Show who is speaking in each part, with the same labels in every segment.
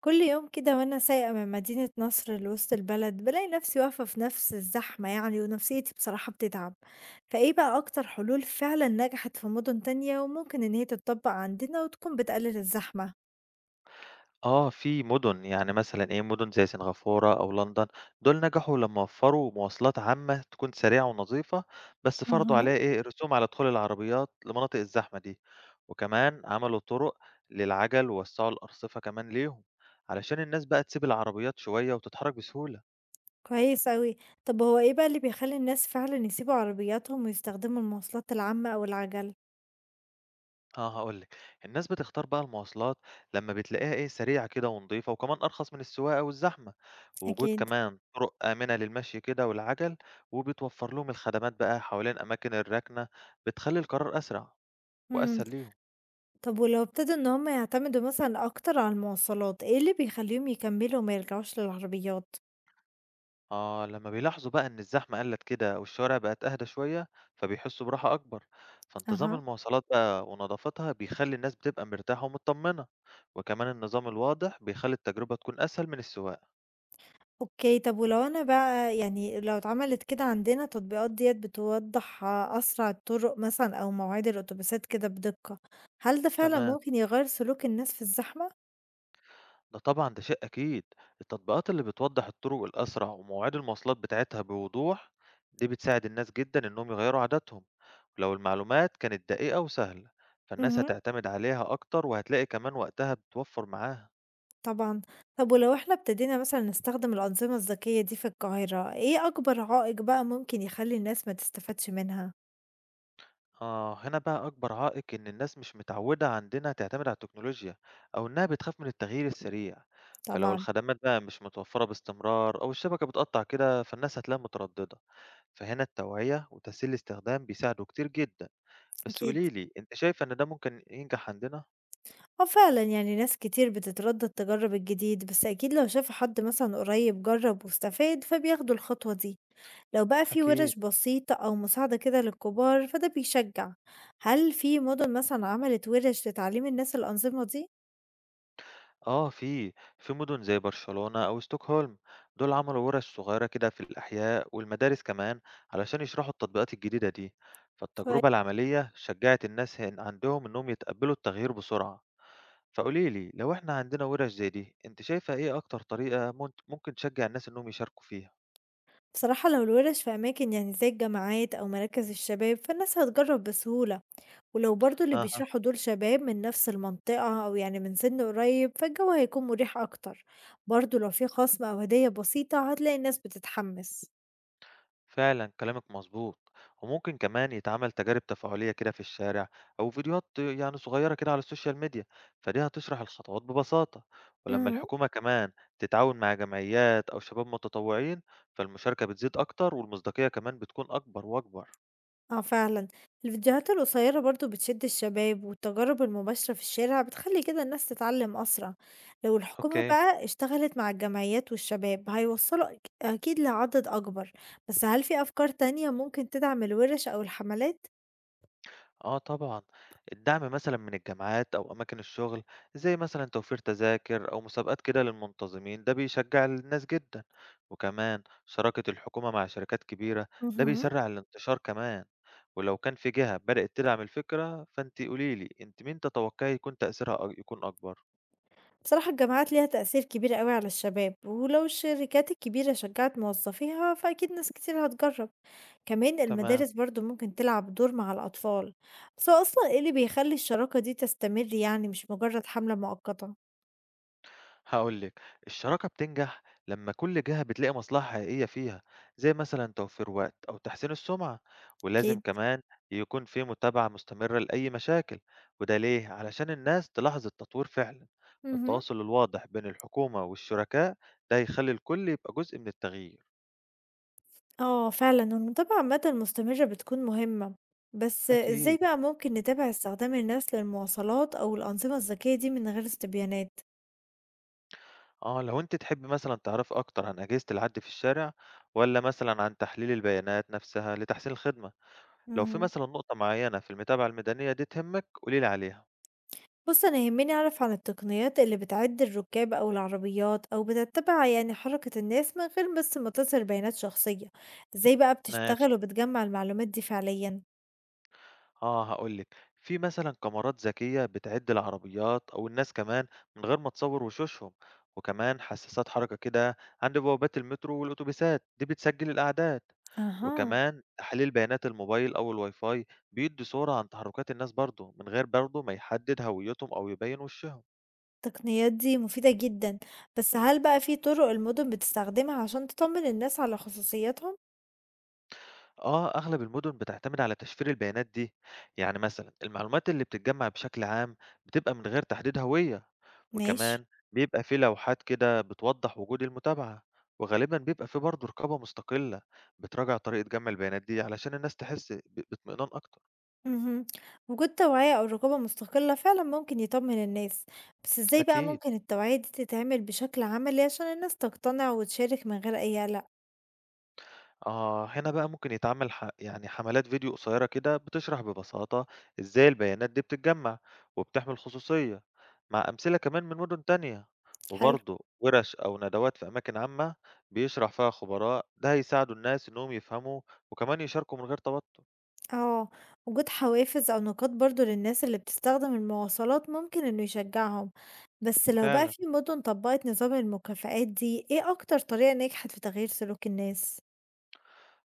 Speaker 1: كل يوم كده وأنا سايقة من مدينة نصر لوسط البلد بلاقي نفسي واقفة في نفس الزحمة يعني، ونفسيتي بصراحة بتتعب. فإيه بقى أكتر حلول فعلا نجحت في مدن تانية وممكن إن هي تتطبق عندنا وتكون بتقلل الزحمة؟
Speaker 2: آه، في مُدن، يعني مثلًا مُدن زي سنغافورة أو لندن، دول نجحوا لمّا وفّروا مواصلات عامة تكون سريعة ونظيفة، بس فرضوا عليها
Speaker 1: مهم.
Speaker 2: رسوم على دخول العربيات لمناطق الزحمة دي، وكمان عملوا طُرق للعَجَل ووسّعوا الأرصفة كمان ليهم، علشان الناس بقى تسيب العربيات شوية وتتحرك بسهولة.
Speaker 1: كويس أوي. طب هو إيه بقى اللي بيخلي الناس فعلا يسيبوا عربياتهم ويستخدموا المواصلات العامة أو العجل؟
Speaker 2: آه هاقول لك، الناس بتختار بقى المواصلات لمّا بتلاقيها سريعة كده ونضيفة وكمان أرخص من السواقة والزحمة، ووجود
Speaker 1: أكيد.
Speaker 2: كمان طرق آمنة للمشي كده والعجل، وبتوفر لهم الخدمات بقى حوالين أماكن الركنة، بتخلّي القرار أسرع
Speaker 1: مم.
Speaker 2: وأسهل ليهم.
Speaker 1: طب ولو ابتدوا إن هم يعتمدوا مثلا أكتر على المواصلات، إيه اللي بيخليهم يكملوا وما يرجعوش للعربيات؟
Speaker 2: آه لمّا بيلاحظوا بقى إن الزحمة قلّت كده والشوارع بقت أهدى شوية، فبيحسوا براحة أكبر، فانتظام
Speaker 1: أها.
Speaker 2: المواصلات بقى ونضافتها بيخلّي الناس بتبقى مرتاحة ومتطمنة، وكمان النظام الواضح بيخلّي التجربة تكون أسهل من السواقة.
Speaker 1: أوكي، طب ولو أنا بقى يعني لو اتعملت كده عندنا تطبيقات ديّة بتوضّح أسرع الطرق مثلًا أو مواعيد الأتوبيسات كده بدقة، هل ده فعلًا
Speaker 2: تمام.
Speaker 1: ممكن يغيّر سلوك الناس في الزحمة؟
Speaker 2: ده طبعًا شيء أكيد، التطبيقات اللي بتوضّح الطرق الأسرع ومواعيد المواصلات بتاعتها بوضوح، دي بتساعد الناس جدًا إنهم يغيّروا عاداتهم، ولو المعلومات كانت دقيقة وسهلة، فالناس
Speaker 1: اهم.
Speaker 2: هتعتمد عليها أكتر وهتلاقي كمان وقتها بتوفّر معاها.
Speaker 1: طبعًا. طب ولو إحنا ابتدينا مثلًا نستخدم الأنظمة الذكية دي في القاهرة، إيه أكبر عائق بقى ممكن يخلّي الناس ما تستفادش منها؟
Speaker 2: آه، هنا بقى أكبر عائق إن الناس مش متعودة عندنا تعتمد على التكنولوجيا أو إنها بتخاف من التغيير السريع، فلو
Speaker 1: طبعًا.
Speaker 2: الخدمات بقى مش متوفّرة باستمرار أو الشبكة بتقطّع كده، فالناس هتلاقيها مترددة، فهنا التوعية وتسهيل الاستخدام بيساعدوا كتير جدًا. بس
Speaker 1: أكيد.
Speaker 2: قولي لي، أنتِ شايفة إن ده ممكن ينجح عندنا؟
Speaker 1: آه فعلًا، يعني ناس كتير بتتردد تجرّب الجديد، بس أكيد لو شافوا حد مثلًا قريب جرّب واستفاد فبياخدوا الخطوة دي، لو بقى في
Speaker 2: أكيد.
Speaker 1: وِرِش بسيطة أو مساعدة كده للكبار فده بيشجّع. هل في مُدن مثلًا عملت وِرِش لتعليم الناس الأنظمة دي؟
Speaker 2: آه في مدن زي برشلونة أو ستوكهولم، دول عملوا ورش صغيرة كده في الأحياء والمدارس كمان علشان يشرحوا التطبيقات الجديدة دي، فالتجربة
Speaker 1: كويس.
Speaker 2: العملية شجعت الناس هن عندهم إنهم يتقبلوا التغيير بسرعة، فقولي لي لو إحنا عندنا ورش زي دي، أنتِ شايفة إيه أكتر طريقة ممكن تشجع الناس إنهم يشاركوا فيها؟
Speaker 1: بصراحة لو الوِرِش في أماكن يعني زي الجامعات أو مراكز الشباب فالناس هتجرّب بسهولة، ولو برضه اللي
Speaker 2: ها.
Speaker 1: بيشرحوا دول شباب من نفس المنطقة أو يعني من سن قريب فالجو هيكون مريح أكتر. برضه لو في خصم أو هدية بسيطة هتلاقي الناس بتتحمس.
Speaker 2: فعلا كلامك مظبوط وممكن كمان يتعمل تجارب تفاعلية كده في الشارع أو فيديوهات يعني صغيرة كده على السوشيال ميديا فدي هتشرح الخطوات ببساطة ولما
Speaker 1: امم.
Speaker 2: الحكومة كمان تتعاون مع جمعيات أو شباب متطوعين فالمشاركة بتزيد أكتر والمصداقية كمان بتكون أكبر وأكبر.
Speaker 1: اه فعلا، الفيديوهات القصيرة برضو بتشد الشباب، والتجارب المباشرة في الشارع بتخلي كده الناس تتعلم أسرع. لو الحكومة
Speaker 2: اوكي.
Speaker 1: بقى اشتغلت مع الجمعيات والشباب هيوصلوا أكيد لعدد أكبر. بس هل في أفكار تانية ممكن تدعم الورش أو الحملات؟
Speaker 2: آه طبعًا، الدعم مثلًا من الجامعات أو أماكن الشغل، زي مثلًا توفير تذاكر أو مسابقات كده للمنتظمين، ده بيشجّع الناس جدًا، وكمان شراكة الحكومة مع شركات كبيرة، ده
Speaker 1: مهم.
Speaker 2: بيسرّع الانتشار كمان، ولو كان في جهة بدأت تدعم الفكرة، فأنتِ قولي لي أنتِ مين تتوقعي يكون تأثيرها يكون أكبر؟
Speaker 1: بصراحة الجامعات ليها تأثير كبير قوي على الشباب، ولو الشركات الكبيرة شجعت موظفيها فأكيد ناس كتير هتجرب. كمان
Speaker 2: تمام.
Speaker 1: المدارس برضو ممكن تلعب دور مع الأطفال. بس هو أصلا ايه اللي بيخلي الشراكة دي تستمر، يعني مش مجرد حملة مؤقتة؟
Speaker 2: هاقول لِك، الشراكة بتنجح لمّا كل جهة بتلاقي مصلحة حقيقية فيها، زي مثلًا توفير وقت أو تحسين السمعة، ولازم
Speaker 1: أكيد.
Speaker 2: كمان يكون في متابعة مستمرة لأي مشاكل، وده ليه؟ علشان الناس تلاحظ التطوير فعلًا،
Speaker 1: مهم.
Speaker 2: فالتواصل الواضح بين الحكومة والشركاء ده هيخلّي الكل يبقى جزء من التغيير.
Speaker 1: اه فعلا، المتابعة عامة المستمرة بتكون مهمة. بس ازاي
Speaker 2: أكيد،
Speaker 1: بقى ممكن نتابع استخدام الناس للمواصلات أو الأنظمة الذكية دي من غير استبيانات؟
Speaker 2: آه لو أنتِ تحبي مثلًا تعرفي أكتر عن أجهزة العد في الشارع، والّا مثلًا عن تحليل البيانات نفسها لتحسين الخدمة؟ لو في مثلًا نقطة معينة في المتابعة الميدانية دي تهمِّك قولي لي عليها.
Speaker 1: بُص، أنا يهمني أعرف عن التقنيات اللي بتعِد الركاب أو العربيات أو بتتّبع يعني حركة الناس من غير بس ما تظهر بيانات شخصية، إزاي بقى
Speaker 2: ماشي.
Speaker 1: بتشتغل وبتجمّع المعلومات دي فعليًا؟
Speaker 2: آه، هاقول لِك، في مثلًا كاميرات ذكية بتعِد العربيات أو الناس كمان من غير ما تصوّر وشوشهم، وكمان حسّاسات حركة كده عند بوابات المترو والأوتوبيسات، دي بتسجّل الأعداد،
Speaker 1: أها.
Speaker 2: وكمان تحليل بيانات الموبايل أو الWiFi بيدّي صورة عن تحرُّكات الناس برضه، من غير برضه ما يحدّد هويّتهم أو يبيّن وشّهم.
Speaker 1: التقنيات دي مفيدة جدًا، بس هل بقى في طُرق المُدن بتستخدمها عشان تطمّن الناس على خصوصياتهم؟
Speaker 2: آه، أغلب المدن بتعتمد على تشفير البيانات دي، يعني مثلا المعلومات اللي بتتجمع بشكل عام بتبقى من غير تحديد هوية،
Speaker 1: ماشي.
Speaker 2: وكمان بيبقى في لوحات كده بتوضح وجود المتابعة، وغالبا بيبقى في برضه رقابة مستقلة بتراجع طريقة جمع البيانات دي علشان الناس تحس باطمئنان أكتر.
Speaker 1: اهم، وجود توعية أو رقابة مستقلة فعلًا ممكن يطمّن الناس، بس إزاي بقى
Speaker 2: أكيد.
Speaker 1: ممكن التوعية دي تتعمل بشكل عملي عشان الناس تقتنع وتشارك من غير أي قلق؟
Speaker 2: آه، هنا بقى ممكن يتعمل يعني حملات فيديو قصيرة كده بتشرح ببساطة إزاي البيانات دي بتتجمع وبتحمل خصوصية، مع أمثلة كمان من مدن تانية،
Speaker 1: حلو.
Speaker 2: وبرضه ورش أو ندوات في أماكن عامة بيشرح فيها خبراء، ده هيساعدوا الناس إنهم يفهموا وكمان يشاركوا من غير توتر.
Speaker 1: اه، وجود حوافز او نقاط برضو للناس اللي بتستخدم المواصلات ممكن انه يشجعهم. بس لو بقى
Speaker 2: فعلا
Speaker 1: في مدن طبقت نظام المكافآت دي، ايه اكتر طريقة نجحت في تغيير سلوك الناس؟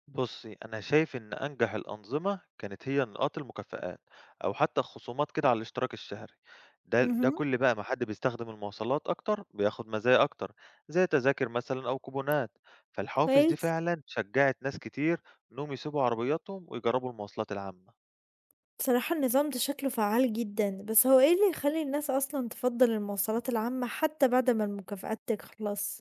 Speaker 2: بُصّي، أنا شايف إن أنجح الأنظمة كانت هي نقاط المكافآت، أو حتى الخصومات كده على الاشتراك الشهري. ده
Speaker 1: مهم.
Speaker 2: كل بقى ما حد بيستخدم المواصلات أكتر، بياخد مزايا أكتر، زي تذاكر مثلًا أو كوبونات. فالحوافز دي
Speaker 1: كويس.
Speaker 2: فعلًا شجّعت ناس كتير إنهم يسيبوا عربياتهم ويجربوا المواصلات العامة.
Speaker 1: بصراحة النظام ده شكله فعال جدا، بس هو ايه اللي يخلي الناس اصلا تفضل المواصلات العامة حتى بعد ما المكافآت تخلص؟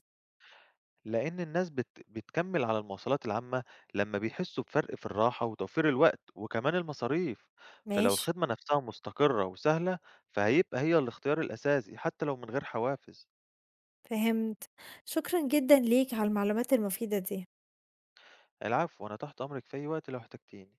Speaker 2: لأن الناس بتكمّل على المواصلات العامة لمّا بيحسّوا بفرق في الراحة وتوفير الوقت وكمان المصاريف، فلو
Speaker 1: ماشي.
Speaker 2: الخدمة نفسها مستقرة وسهلة، فهيبقى هي الاختيار الأساسي حتى لو من غير حوافز.
Speaker 1: فهمت. شكرا جدا ليك على المعلومات المفيدة دي.
Speaker 2: العفو، أنا تحت أمرِك في أي وقت لو احتجتيني.